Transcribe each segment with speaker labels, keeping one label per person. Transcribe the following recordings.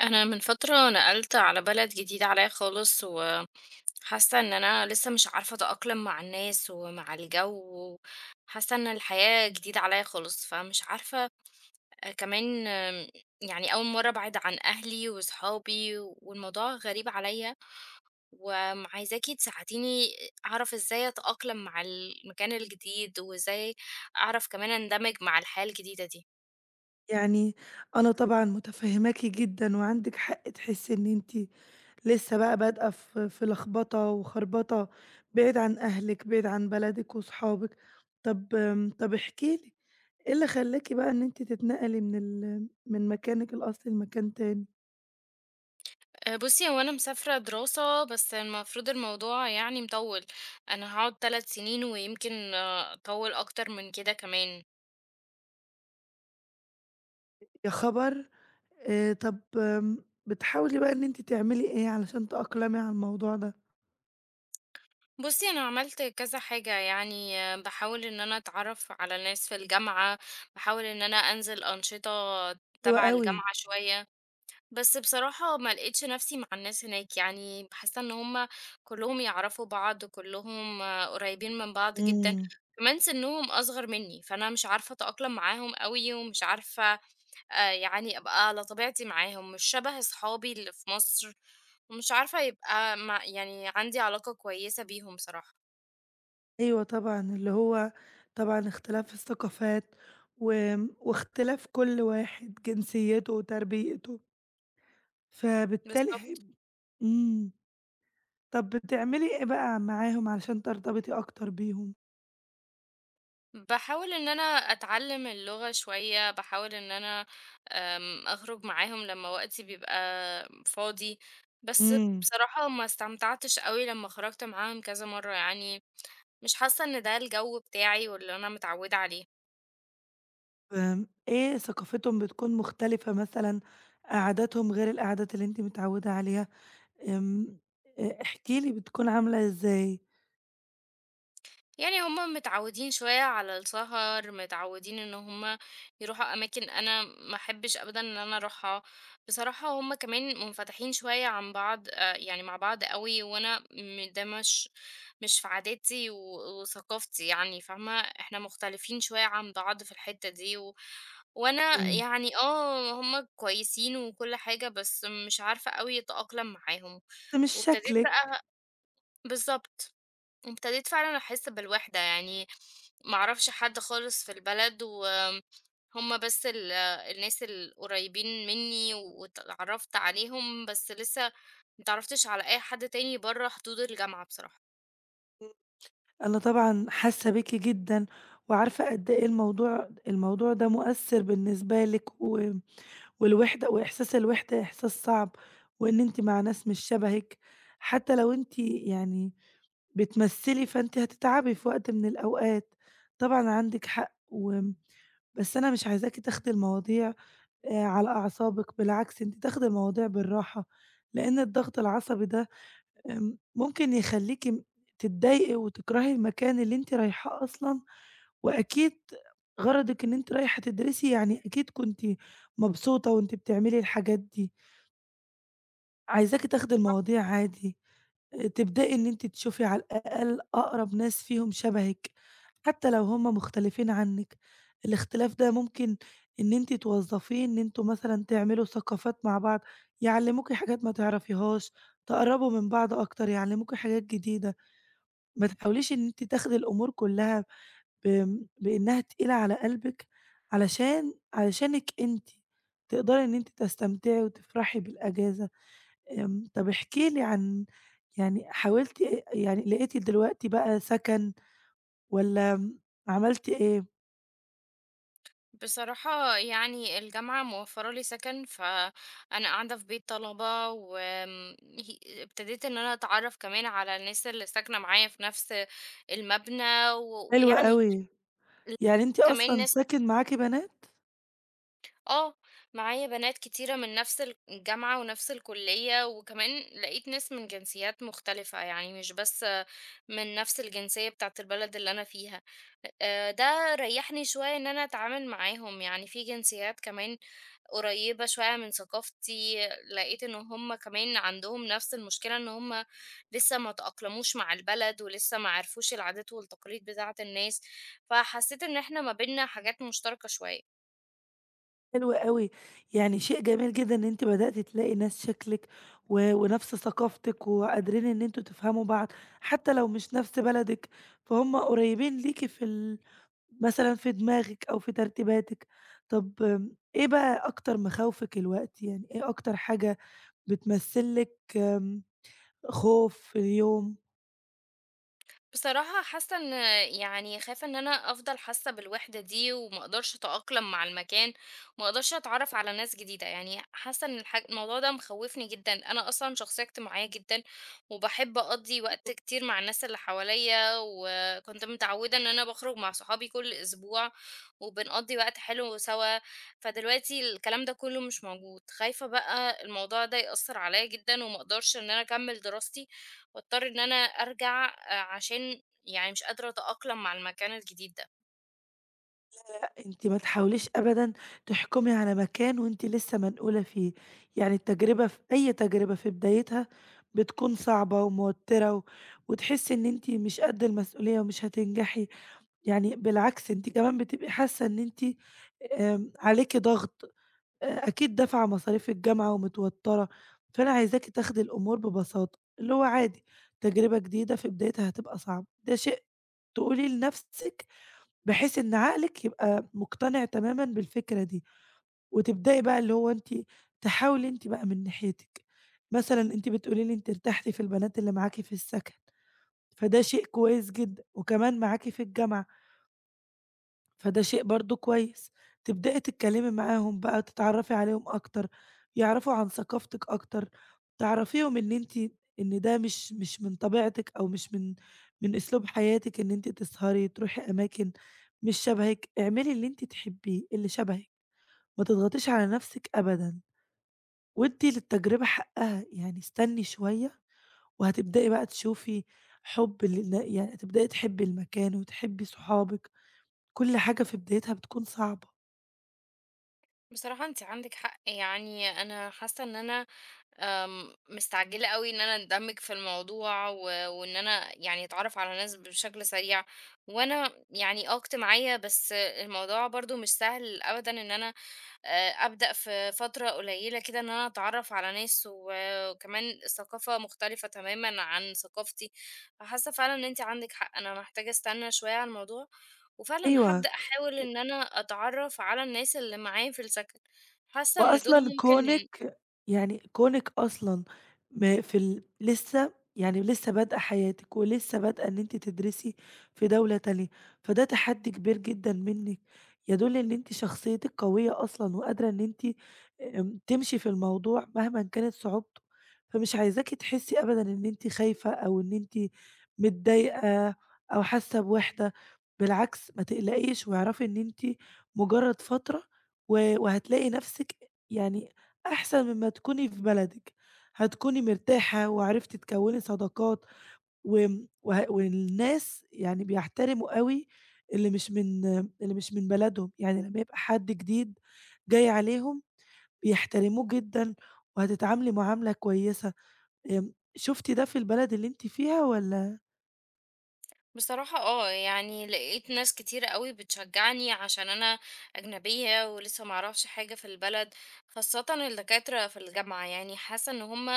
Speaker 1: أنا من فترة نقلت على بلد جديد عليا خالص، وحاسة إن أنا لسه مش عارفة أتأقلم مع الناس ومع الجو. حاسة إن الحياة جديدة عليا خالص فمش عارفة. آه، كمان يعني أول مرة أبعد عن أهلي وصحابي والموضوع غريب عليا، وعايزاكي تساعديني أعرف إزاي أتأقلم مع المكان الجديد، وإزاي أعرف كمان أندمج مع الحياة الجديدة دي.
Speaker 2: يعني أنا طبعًا متفهّماكِ جدًا، وعندِك حق تحسّي إن أنتِ لسه بقى بادئة في لخبطة وخربطة، بعيد عن أهلِك، بعيد عن بلدِك وصحابِك. طب طب احكي لي، إيه اللي خلّاكِ بقى إن أنتِ تتنقلي من مكانِك الأصلي لمكان تاني؟
Speaker 1: بُصّي، هو أنا مسافرة دراسة، بس المفروض الموضوع يعني مطوِّل. أنا هاقعد 3 سنين ويمكن أطوِّل أكتر من كده كمان.
Speaker 2: يا خبر! طب بتحاولي بقى إن أنتِ تعملي إيه علشان تأقلمي على الموضوع ده؟
Speaker 1: بُصّي، أنا عملت كذا حاجة يعني، باحاول إن أنا أتعرّف على ناس في الجامعة، باحاول إن أنا أنزل أنشطة
Speaker 2: حلو
Speaker 1: تبع
Speaker 2: أوي.
Speaker 1: الجامعة شوية. بس بصراحة ما لقيتش نفسي مع الناس هناك، يعني حاسة ان هما كلهم يعرفوا بعض، كلهم قريبين من بعض جدا.
Speaker 2: إمم.
Speaker 1: كمان سنهم اصغر مني، فانا مش عارفة اتأقلم معاهم قوي، ومش عارفة يعني ابقى على طبيعتي معاهم، مش شبه اصحابي اللي في مصر، ومش عارفة يبقى يعني عندي علاقة كويسة بيهم بصراحة.
Speaker 2: أيوه طبعًا، اللي هو طبعًا اختلاف الثقافات واختلاف كل واحد جنسيته وتربيته، فبالتالي هي.
Speaker 1: بالظبط.
Speaker 2: إمم، طب بتعملي إيه بقى معاهم علشان ترتبطي أكتر بيهم؟
Speaker 1: بحاول ان انا اتعلم اللغة شوية، بحاول ان انا أخرج معاهم لمّا وقتي بيبقى فاضي. بس
Speaker 2: إمم.
Speaker 1: بصراحة ما استمتعتش أوي لمّا خرجت معاهم كذا مرّة، يعني مش حاسة إن ده الجو بتاعي واللي أنا متعودة عليه.
Speaker 2: إيه ثقافتهم بتكون مختلفة مثلًا، عاداتهم غير العادات اللي أنتِ متعودة عليها. آمم، احكي لي بتكون عاملة إزاي؟
Speaker 1: يعني هُم متعوّدين شوية على السهر، متعوّدين إن هُم يروحوا أماكن أنا ما أحبّش أبدًا إن أنا أروحها. بصراحة هُم كمان منفتحين شوية عن بعض، يعني مع بعض أوي، وأنا ده مش في عاداتي وثقافتي، يعني فاهمة؟ إحنا مختلفين شوية عن بعض في الحتّة دي، وأنا
Speaker 2: إمم.
Speaker 1: يعني هُم كويسين وكل حاجة، بس مش عارفة أوي أتأقلم معاهم.
Speaker 2: ده مش
Speaker 1: وابتديت
Speaker 2: شكلِك.
Speaker 1: بقى بالضبط. وابتديت فعلًا أحس بالوحدة، يعني ما أعرفش حد خالص في البلد، وهُم بس الناس القريبين منّي واتعرّفت عليهم، بس لسه ما اتعرّفتش على أي حد تاني برّه حدود الجامعة بصراحة.
Speaker 2: أنا طبعًا حاسة بيكِ جدًا، وعارفة قد إيه الموضوع ده مؤثر بالنسبة لِك، والوحدة وإحساس الوحدة إحساس صعب، وإن أنتِ مع ناس مش شبهِك، حتى لو أنتِ يعني بتمثلي فأنتِ هتتعبي في وقت من الأوقات. طبعًا عندِك حق، بس أنا مش عايزاكِ تاخدي المواضيع على أعصابِك، بالعكس أنتِ تاخدي المواضيع بالراحة، لأن الضغط العصبي ده ممكن يخلّيكِ تتضايقي وتكرهي المكان اللي أنتِ رايحاه أصلًا، وأكيد غرضِك إن أنتِ رايحة تدرسي، يعني أكيد كنتِ مبسوطة وأنتِ بتعملي الحاجات دي. عايزاكِ تاخدي المواضيع عادي، تبدئي إن أنتِ تشوفي على الأقل أقرب ناس فيهم شبهِك، حتى لو هم مختلفين عنِّك. الاختلاف ده ممكن إن أنتِ توظّفيه إن أنتم مثلًا تعملوا ثقافات مع بعض، يعلّموكِ حاجات ما تعرفيهاش، تقرّبوا من بعض أكتر، يعلّموكِ حاجات جديدة. ما تحاوليش إن أنتِ تاخدي الأمور كلّها بإنها تقيلة على قلبِك، علشانِك أنتِ، تقدري إن أنتِ تستمتعي وتفرحي بالأجازة. طب احكي لي عن، يعني حاولتِ يعني لقيتِ دلوقتي بقى سكن والّا عملتِ إيه؟
Speaker 1: بصراحة يعني الجامعة موفّرة لي سكن، فأنا قاعدة في بيت طلبة، وآمم ه ابتديت إن أنا أتعرّف كمان على الناس اللي ساكنة معايا في نفس المبنى، و
Speaker 2: حلو
Speaker 1: ويعني
Speaker 2: أوي، يعني أنتِ
Speaker 1: كمان
Speaker 2: أصلًا
Speaker 1: ناس
Speaker 2: ساكن معاكِ بنات؟
Speaker 1: آه، معايا بنات كتيرة من نفس الجامعة ونفس الكلية، وكمان لقيت ناس من جنسيات مختلفة، يعني مش بس من نفس الجنسية بتاعة البلد اللي أنا فيها. ده ريحني شوية إن أنا أتعامل معاهم، يعني في جنسيات كمان قريبة شوية من ثقافتي. لقيت إن هُم كمان عندهم نفس المشكلة، إن هُم لسه ما تأقلموش مع البلد، ولسه ما عرفوش العادات والتقاليد بتاعة الناس، فحسيت إن إحنا ما بيننا حاجات مشتركة شوية.
Speaker 2: حلو أوي، يعني شيء جميل جدًا إن أنتِ بدأتِ تلاقي ناس شكلِك ونفس ثقافتِك، وقادرين إن أنتم تفهموا بعض، حتى لو مش نفس بلدِك، فهُم قريبين ليكِ في ال مثلًا في دماغِك أو في ترتيباتِك. طب إيه بقى أكتر مخاوفِك الوقتي، يعني إيه أكتر حاجة بتمثل لِك، خوف في اليوم؟
Speaker 1: بصراحة حاسة ان يعني خايفة ان انا افضل حاسة بالوحدة دي، وما اقدرش اتأقلم مع المكان، وما اقدرش اتعرف على ناس جديدة. يعني حاسة ان الموضوع ده مخوفني جدا. انا اصلا شخصية اجتماعية جدا، وبحب اقضي وقت كتير مع الناس اللي حواليا، وكنت متعودة ان انا بخرج مع صحابي كل اسبوع وبنقضي وقت حلو سوا. فدلوقتي الكلام ده كله مش موجود، خايفة بقى الموضوع ده يأثر عليا جدا، وما اقدرش ان انا اكمل دراستي واضطر إن أنا أرجع، عشان يعني مش قادرة أتأقلم مع المكان الجديد ده.
Speaker 2: أنتِ ما تحاوليش أبدًا تحكمي على مكان وأنتِ لسه منقولة فيه، يعني التجربة، في أي تجربة في بدايتها بتكون صعبة وموتِّرة، وتحسّي إن أنتِ مش قد المسؤولية ومش هتنجحي، يعني بالعكس أنتِ كمان بتبقي حاسة إن أنتِ عليكِ ضغط، أكيد دافعة مصاريف الجامعة ومتوتَّرة، فأنا عايزاكِ تاخدي الأمور ببساطة، اللي هو عادي، تجربة جديدة في بدايتها هتبقى صعبة، ده شيء تقوليه لنفسِك بحيث إن عقلِك يبقى مقتنع تمامًا بالفكرة دي، وتبدئي بقى اللي هو أنتِ تحاولي أنتِ بقى من ناحيتِك. مثلًا أنتِ بتقولي لي أنتِ ارتحتِ في البنات اللي معاكِ في السكن، فده شيء كويس جدًا، وكمان معاكِ في الجامعة. فده شيء برضه كويس، تبدئي تتكلمي معاهم بقى، تتعرّفي عليهم أكتر، يعرفوا عن ثقافتِك أكتر، تعرّفيهم إن ده مش من طبيعتِك، أو مش من أسلوب حياتِك إن أنتِ تسهري، تروحي أماكن مش شبهِك، اعملي اللي أنتِ تحبيه، اللي شبهِك، ما تضغطيش على نفسِك أبدًا، وادّي للتجربة حقها، يعني استني شوية وهتبدئي بقى تشوفي، حُب لل يعني هتبدئي تحبّي المكان وتحبّي صحابِك، كل حاجة في بدايتها بتكون صعبة.
Speaker 1: بصراحة أنتِ عندِك حق، يعني أنا حاسة إن أنا مستعجلة أوي إن أنا أندمج في الموضوع، وإن أنا يعني أتعرف على ناس بشكل سريع، وأنا يعني اجتماعية، بس الموضوع برضه مش سهل أبدًا إن أنا أبدأ في فترة قليلة كده إن أنا أتعرّف على ناس، وكمان ثقافة مختلفة تمامًا عن ثقافتي. فحاسة فعلًا إن أنتِ عندِك حق، أنا محتاجة أستنى شوية على الموضوع، وفعلًا
Speaker 2: أيوه،
Speaker 1: هابدأ أحاول إن أنا أتعرّف على الناس اللي معايا في السكن، حاسة إن دول
Speaker 2: وأصلًا
Speaker 1: ممكن.
Speaker 2: كونِك، أصلًا م في ال لسه يعني لسه بادئة حياتِك، ولسه بادئة إن أنتِ تدرسي في دولة تانية، فده تحدي كبير جدًا منِّك، يدل إن أنتِ شخصيتِك قوية أصلًا، وقادرة إن أنتِ تمشي في الموضوع مهمًا كانت صعوبته، فمش عايزاكِ تحسي أبدًا إن أنتِ خايفة أو إن أنتِ متضايقة أو حاسة بوحدة، بالعكس ما تقلقيش واعرفي إن أنتِ مجرد فترة وهتلاقي نفسِك يعني أحسن مما تكوني في بلدِك، هتكوني مرتاحة وعرفتِ تكوّني صداقات، وآمم وه والناس يعني بيحترموا أوي اللي مش من اللي مش من بلدهم، يعني لمّا يبقى حد جديد جاي عليهم بيحترموه جدًا وهتتعاملي معاملة كويسة. شُفتِ ده في البلد اللي أنتِ فيها والّا؟
Speaker 1: بصراحة يعني لقيت ناس كتيرة أوي بتشجعني عشان أنا أجنبية ولسه ما أعرفش حاجة في البلد، خاصةً الدكاترة في الجامعة، يعني حاسة إن هُم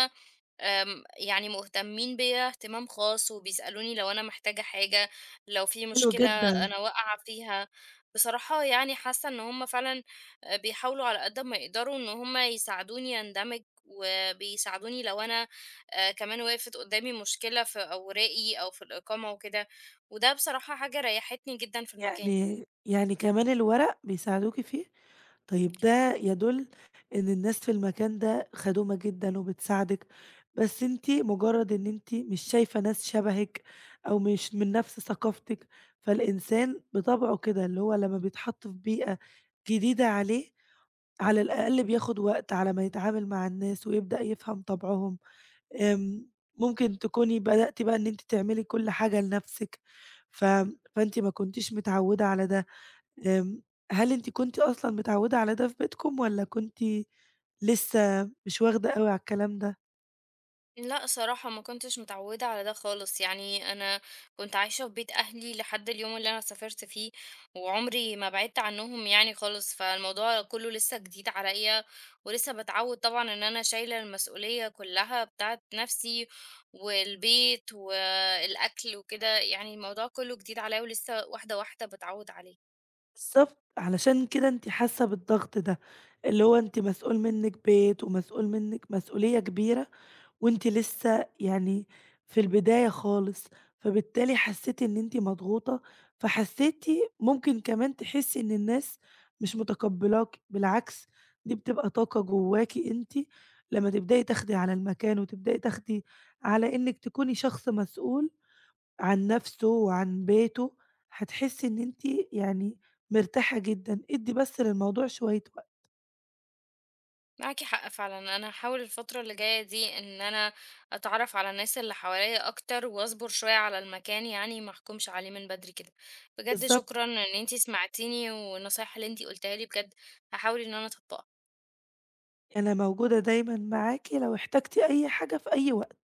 Speaker 1: آمم، يعني مهتمين بيّا اهتمام خاص، وبيسألوني لو أنا محتاجة حاجة، لو في
Speaker 2: حلو
Speaker 1: مشكلة
Speaker 2: جدًا،
Speaker 1: أنا واقعة فيها. بصراحة يعني حاسة إن هُم فعلًا بيحاولوا على قد ما يقدروا إن هُم يساعدوني أندمج، وبيساعدوني لو أنا كمان وقفت قدامي مشكلة في أوراقي أو في الإقامة وكده، وده بصراحة حاجة ريحتني جدًا في المكان.
Speaker 2: يعني كمان الورق بيساعدوكِ فيه؟ طيب ده يدل إن الناس في المكان ده خدومة جدًا وبتساعدِك، بس أنتِ مجرد إن أنتِ مش شايفة ناس شبهِك أو مش من نفس ثقافتِك، فالإنسان بطبعه كده اللي هو لمّا بيتحط في بيئة جديدة عليه، على الأقل بياخد وقت على ما يتعامل مع الناس ويبدأ يفهم طبعهم. آمم، ممكن تكوني بدأتِ بقى إن أنتِ تعملي كل حاجة لنفسِك، ف فأنتِ ما كنتيش متعودة على ده. آمم، هل أنتِ كنتِ أصلًا متعوّدة على ده في بيتكم والّا كنتِ لسه مش واخدة أوي على الكلام ده؟
Speaker 1: لأ صراحة ما كنتش متعودة على ده خالص، يعني أنا كنت عايشة في بيت أهلي لحد اليوم اللي أنا سافرت فيه، وعمري ما بعدت عنهم يعني خالص، فالموضوع كله لسه جديد عليَّ، ولسه باتعود طبعًا إن أنا شايلة المسؤولية كلها بتاعة نفسي، والبيت والأكل وكده، يعني الموضوع كله جديد عليَّ ولسه واحدة واحدة باتعود عليه.
Speaker 2: بالضبط، علشان كده أنتِ حاسة بالضغط ده، اللي هو أنتِ مسؤول منِّك بيت ومسؤول منِّك مسؤولية كبيرة وأنتِ لسه يعني في البداية خالص، فبالتالي حسّيتِ إن أنتِ مضغوطة، فحسّيتِ ممكن كمان تحسّي إن الناس مش متقبّلاكِ، بالعكس دي بتبقى طاقة جواكِ أنتِ لمّا تبدئي تاخدي على المكان، وتبدئي تاخدي على إنِّك تكوني شخص مسؤول عن نَفْسه وعن بيته، هتحسّي إن أنتِ يعني مرتاحة جدًا، ادّي بس للموضوع شوية وقت.
Speaker 1: معاكي حق فعلا، انا هحاول الفترة اللي جاية دي ان انا اتعرف على الناس اللي حواليا اكتر، واصبر شوية على المكان، يعني ما احكمش عليه من بدري كده. بجد
Speaker 2: بالضبط،
Speaker 1: شكرا ان انتي سمعتيني، والنصايح اللي انتي قلتها لي بجد هحاول ان انا اطبقها.
Speaker 2: أنا موجودة دايمًا معاكِ لو احتجتِ أي حاجة في أي وقت.